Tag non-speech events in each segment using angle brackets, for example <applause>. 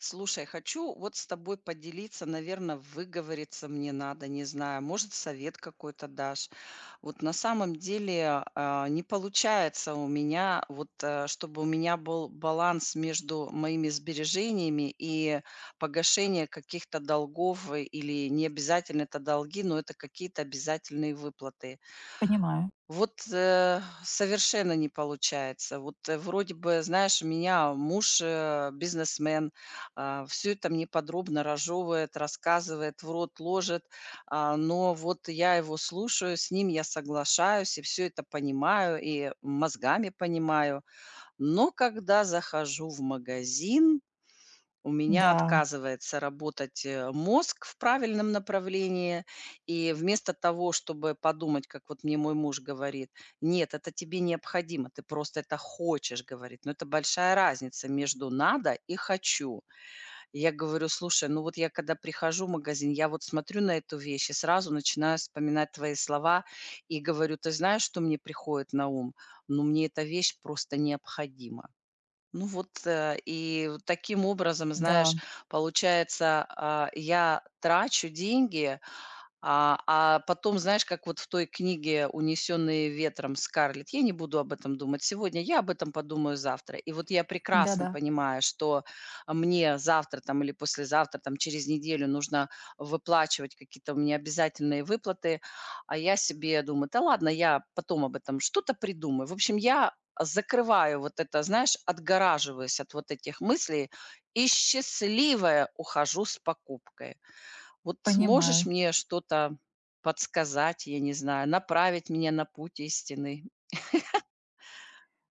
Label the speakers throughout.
Speaker 1: Слушай, хочу вот с тобой поделиться, наверное, выговориться мне надо, не знаю, может, совет какой-то дашь. Вот на самом деле не получается у меня, вот чтобы у меня был баланс между моими сбережениями и погашение каких-то долгов, или не обязательно это долги, но это какие-то обязательные выплаты.
Speaker 2: Понимаю.
Speaker 1: Вот, совершенно не получается. Вот, вроде бы, знаешь, у меня муж, бизнесмен, все это мне подробно разжевывает, рассказывает, в рот ложит, но вот я его слушаю, с ним я соглашаюсь и все это понимаю, и мозгами понимаю. Но когда захожу в магазин, у меня
Speaker 2: Да,
Speaker 1: отказывается работать, мозг в правильном направлении. И вместо того, чтобы подумать, как вот мне мой муж говорит: "Нет, это тебе необходимо, ты просто это хочешь", говорит. Но это большая разница между "надо" и "хочу". И я говорю: "Слушай, ну вот я когда прихожу в магазин, я вот смотрю на эту вещь и сразу начинаю вспоминать твои слова". И говорю: "Ты знаешь, что мне приходит на ум? Ну, мне эта вещь просто необходима". Ну вот, и вот таким образом, знаешь,
Speaker 2: да,
Speaker 1: получается, я трачу деньги, а потом, знаешь, как вот в той книге "Унесенные ветром" Скарлетт: "Я не буду об этом думать сегодня, я об этом подумаю завтра". И вот я прекрасно
Speaker 2: да-да,
Speaker 1: понимаю, что мне завтра там или послезавтра, там через неделю нужно выплачивать какие-то у меня обязательные выплаты, а я себе думаю: "Да ладно, я потом об этом что-то придумаю". В общем, я закрываю вот это, знаешь, отгораживаюсь от вот этих мыслей и счастливая ухожу с покупкой. Вот можешь
Speaker 2: понимаю.
Speaker 1: мне что-то подсказать, я не знаю, направить меня на путь истины?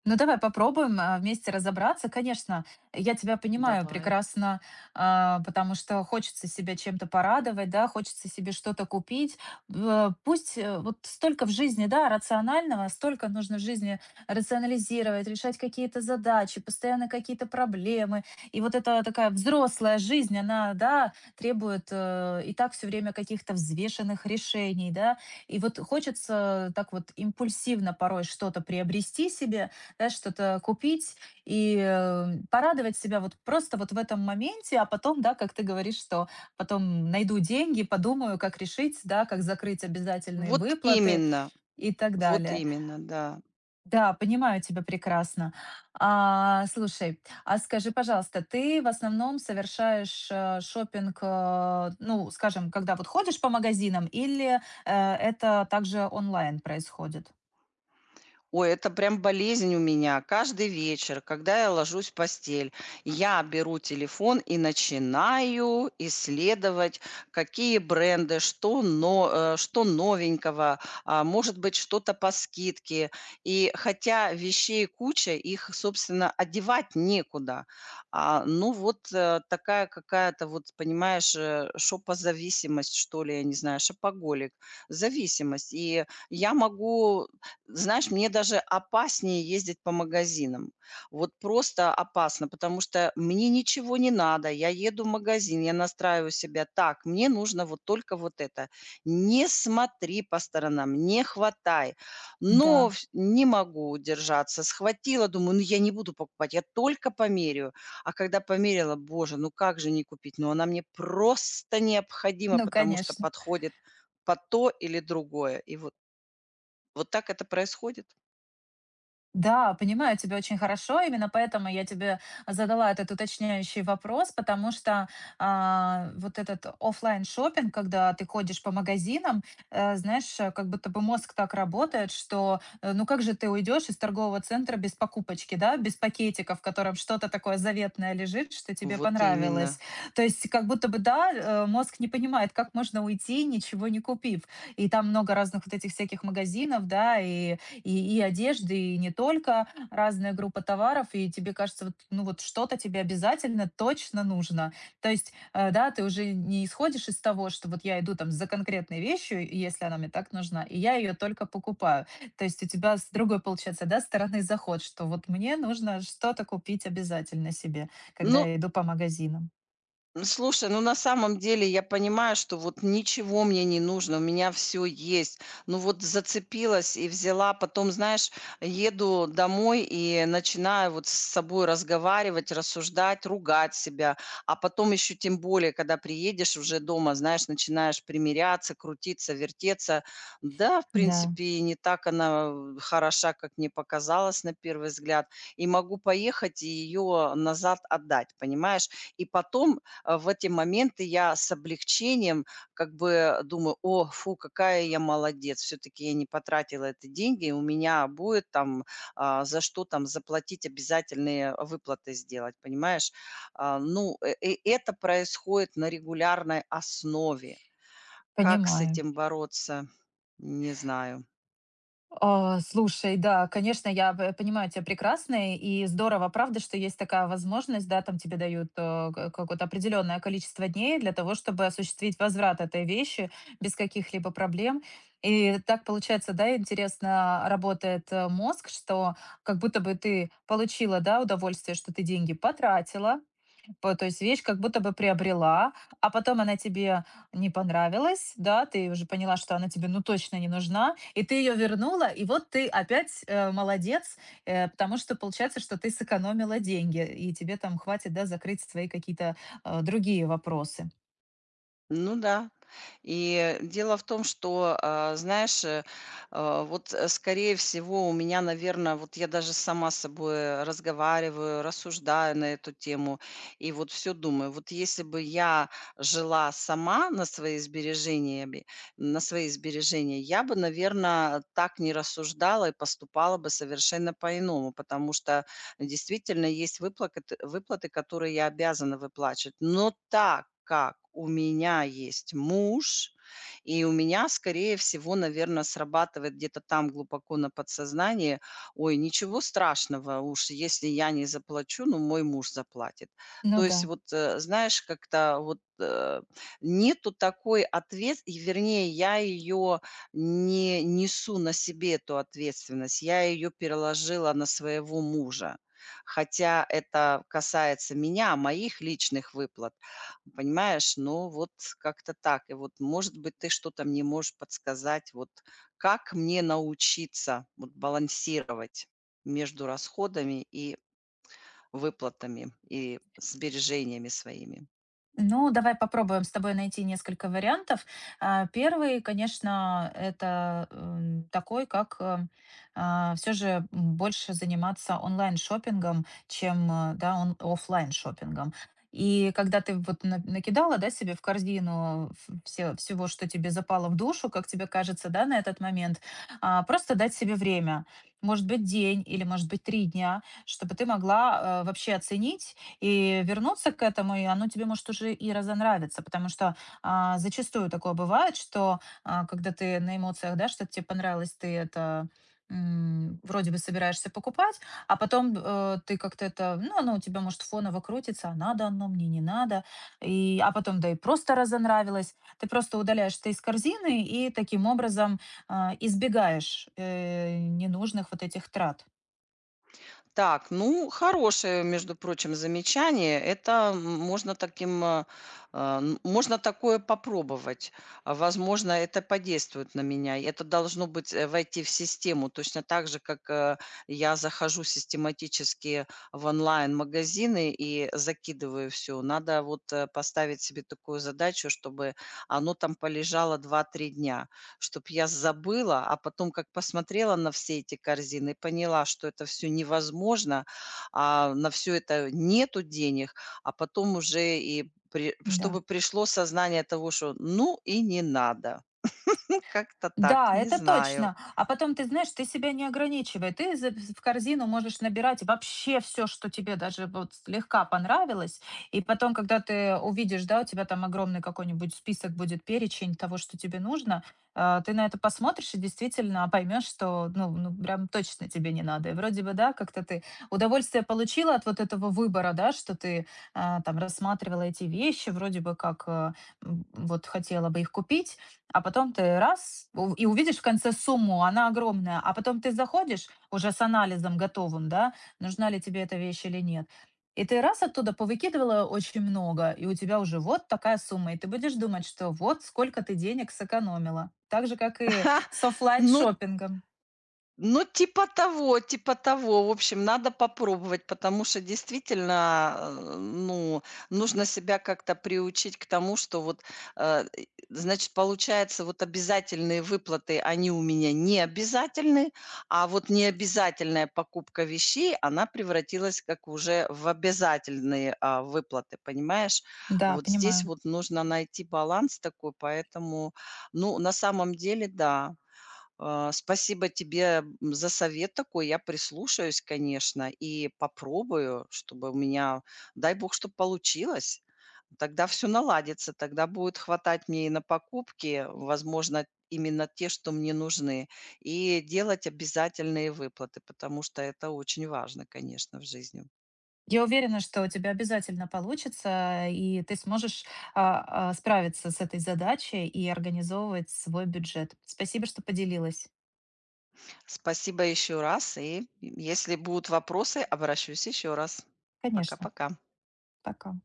Speaker 2: Ну, давай попробуем, вместе разобраться. Конечно, я тебя понимаю
Speaker 1: Давай.
Speaker 2: прекрасно, потому что хочется себя чем-то порадовать, да, хочется себе что-то купить. Пусть вот столько в жизни, да, рационального, столько нужно в жизни рационализировать, решать какие-то задачи, постоянно какие-то проблемы. И вот эта такая взрослая жизнь, она, да, требует и так все время каких-то взвешенных решений, да. И вот хочется так вот импульсивно порой что-то приобрести себе, да, что-то купить и порадовать себя вот просто вот в этом моменте, а потом, да, как ты говоришь, что потом найду деньги, подумаю, как решить, да, как закрыть обязательные
Speaker 1: Вот
Speaker 2: выплаты
Speaker 1: именно,
Speaker 2: и так
Speaker 1: вот
Speaker 2: далее.
Speaker 1: именно, да.
Speaker 2: Да, понимаю тебя прекрасно. А, слушай, а скажи, пожалуйста, ты в основном совершаешь, шопинг, ну, скажем, когда вот ходишь по магазинам, или, это также онлайн происходит?
Speaker 1: Ой, это прям болезнь у меня. Каждый вечер, когда я ложусь в постель, я беру телефон и начинаю исследовать, какие бренды, что, но, что новенького, а, может быть, что-то по скидке. И хотя вещей куча, их, собственно, одевать некуда. А, ну вот такая какая-то, вот понимаешь, шопозависимость, что ли, я не знаю, шопоголик, зависимость. И я могу, знаешь, мне даже опаснее ездить по магазинам. Вот просто опасно, потому что мне ничего не надо. Я еду в магазин, я настраиваю себя так, мне нужно вот только вот это. Не смотри по сторонам, не хватай.
Speaker 2: Да,
Speaker 1: Но не могу удержаться. Схватила, думаю, ну я не буду покупать, я только померяю. А когда померила, боже, ну как же не купить? Ну она мне просто необходима,
Speaker 2: ну,
Speaker 1: потому что
Speaker 2: конечно.
Speaker 1: подходит по то или другое. И вот, вот так это происходит.
Speaker 2: Да, понимаю тебя очень хорошо. Именно поэтому я тебе задала этот уточняющий вопрос, потому что вот этот оффлайн шопинг, когда ты ходишь по магазинам, знаешь, как будто бы мозг так работает, что ну как же ты уйдешь из торгового центра без покупочки, да, без пакетика, в котором что-то такое заветное лежит, что тебе
Speaker 1: Вот
Speaker 2: понравилось.
Speaker 1: именно.
Speaker 2: То есть как будто бы, да, мозг не понимает, как можно уйти, ничего не купив. И там много разных вот этих всяких магазинов, да, и одежды, и не только, разная группа товаров, и тебе кажется, вот, ну вот что-то тебе обязательно точно нужно. То есть, да, ты уже не исходишь из того, что вот я иду там за конкретной вещью, и если она мне так нужна, и я ее только покупаю. То есть у тебя с другой, получается, да, стороны заход, что вот мне нужно что-то купить обязательно себе, когда
Speaker 1: Ну,
Speaker 2: я иду по магазинам.
Speaker 1: Слушай, ну, на самом деле я понимаю, что вот ничего мне не нужно, у меня все есть. Ну, вот зацепилась и взяла. Потом, знаешь, еду домой и начинаю вот с собой разговаривать, рассуждать, ругать себя. А потом еще тем более, когда приедешь уже дома, знаешь, начинаешь примиряться, крутиться, вертеться. Да, в
Speaker 2: Да,
Speaker 1: принципе, и не так она в хороша, как мне показалось на первый взгляд. И могу поехать и ее назад отдать, понимаешь? И потом, в эти моменты я с облегчением как бы думаю: "О, фу, какая я молодец, все таки я не потратила эти деньги, и у меня будет там, а, за что там заплатить, обязательные выплаты сделать", понимаешь? А, ну, и это происходит на регулярной основе. Как с
Speaker 2: понимаю.
Speaker 1: этим бороться? Не знаю.
Speaker 2: А, слушай, да, конечно, я п понимаю тебя прекрасно, и здорово, правда, что есть такая возможность, да, там тебе дают, ка какое-то определенное количество дней для того, чтобы осуществить возврат этой вещи без каких-либо проблем. И так получается, да, интересно работает, мозг, что как будто бы ты получила, да, удовольствие, что ты деньги потратила, по то есть вещь как будто бы приобрела, а потом она тебе не понравилась, да, ты уже поняла, что она тебе ну точно не нужна, и ты ее вернула, и вот ты опять, молодец, потому что получается, что ты сэкономила деньги, и тебе там хватит, да, закрыть свои какие-то, другие вопросы.
Speaker 1: Ну да. И дело в том, что, знаешь, вот, скорее всего, у меня, наверное, вот я даже сама с собой разговариваю, рассуждаю на эту тему, и вот все думаю. Вот если бы я жила сама на свои сбережениями на свои сбережения, я бы, наверное, так не рассуждала и поступала бы совершенно по-иному, потому что действительно, есть выплаты, которые я обязана выплачивать. Но так как у меня есть муж, и у меня, скорее всего, наверное, срабатывает где-то там глубоко на подсознании: "Ой, ничего страшного, уж если я не заплачу, ну, мой муж заплатит".
Speaker 2: Ну
Speaker 1: То есть
Speaker 2: да.
Speaker 1: вот, знаешь, как-то вот, нету такой ответ и, вернее, я ее не несу на себе, эту ответственность. Я ее переложила на своего мужа. Хотя это касается меня, а моих личных выплат. Понимаешь, ну вот как-то так. И вот, может быть, ты что-то мне можешь подсказать, вот как мне научиться вот балансировать между расходами и выплатами, и сбережениями своими?
Speaker 2: Ну, давай попробуем с тобой найти несколько вариантов. Первый, конечно, это такой, как все же больше заниматься онлайн шопингом, чем да, оффлайн шопингом. И когда ты вот накидала да, себе в корзину всего, что тебе запало в душу, как тебе кажется, да, на этот момент, просто дать себе время, может быть, день или, может быть, 3 дня, чтобы ты могла вообще оценить, и вернуться к этому, и оно тебе, может, уже и разонравится, потому что зачастую такое бывает, что когда ты на эмоциях, да, что-то тебе понравилось, ты это вроде бы собираешься покупать, а потом ты как-то это, ну, оно у тебя, может, фоново крутится, а надо оно, мне не надо, а потом, да, и просто разонравилось. Ты просто удаляешь это из корзины и таким образом избегаешь ненужных вот этих трат.
Speaker 1: Так, ну, хорошее, между прочим, замечание. Это можно таким, можно такое попробовать. А, возможно, это подействует на меня. И это должно быть, войти в систему. Точно так же, как, я захожу систематически в онлайн-магазины и закидываю все. Надо вот, поставить себе такую задачу, чтобы оно там полежало два-три дня, чтобы я забыла, а потом как посмотрела на все эти корзины и поняла, что это все невозможно, на все это нету денег, а потом уже и при
Speaker 2: Да.
Speaker 1: чтобы пришло сознание того, что ну и не надо. <laughs> Ну, как-то так,
Speaker 2: Да,
Speaker 1: не
Speaker 2: это
Speaker 1: знаю.
Speaker 2: точно. А потом, ты знаешь, ты себя не ограничивай. Ты за в корзину можешь набирать вообще все, что тебе даже вот слегка понравилось. И потом, когда ты увидишь, да, у тебя там огромный какой-нибудь список будет, перечень того, что тебе нужно, ты на это посмотришь и действительно поймешь, что, ну ну, прям точно тебе не надо. И вроде бы, да, как-то ты удовольствие получила от вот этого выбора, да, что ты, там рассматривала эти вещи, вроде бы как, вот хотела бы их купить, а потом ты раз у и увидишь в конце сумму, она огромная, а потом ты заходишь уже с анализом готовым, да, нужна ли тебе эта вещь или нет. И ты раз оттуда повыкидывала очень много, и у тебя уже вот такая сумма, и ты будешь думать, что вот сколько ты денег сэкономила. Так же, как и
Speaker 1: <laughs>
Speaker 2: с
Speaker 1: Ну,
Speaker 2: оффлайн-шоппингом.
Speaker 1: Ну, типа того, типа того. В общем, надо попробовать, потому что действительно, ну, нужно себя как-то приучить к тому, что вот, и, значит, получается, вот обязательные выплаты, они у меня не обязательны, а вот необязательная покупка вещей, она превратилась как уже в обязательные, выплаты, понимаешь?
Speaker 2: Да,
Speaker 1: Вот здесь
Speaker 2: понимаю.
Speaker 1: вот нужно найти баланс такой, поэтому, ну, на самом деле, да. А, спасибо тебе, за совет такой. Я прислушаюсь, конечно, и попробую, чтобы у меня, дай бог, чтобы получилось. Тогда все наладится, тогда будет хватать мне и на покупки, возможно, именно те, что мне нужны, и делать обязательные выплаты, потому что это очень важно, конечно, в жизни.
Speaker 2: Я уверена, что у тебя обязательно получится, и ты сможешь, справиться с этой задачей и организовывать свой бюджет. Спасибо, что поделилась.
Speaker 1: Спасибо еще раз, и если будут вопросы, обращусь еще раз.
Speaker 2: Конечно.
Speaker 1: Пока-пока.
Speaker 2: Пока.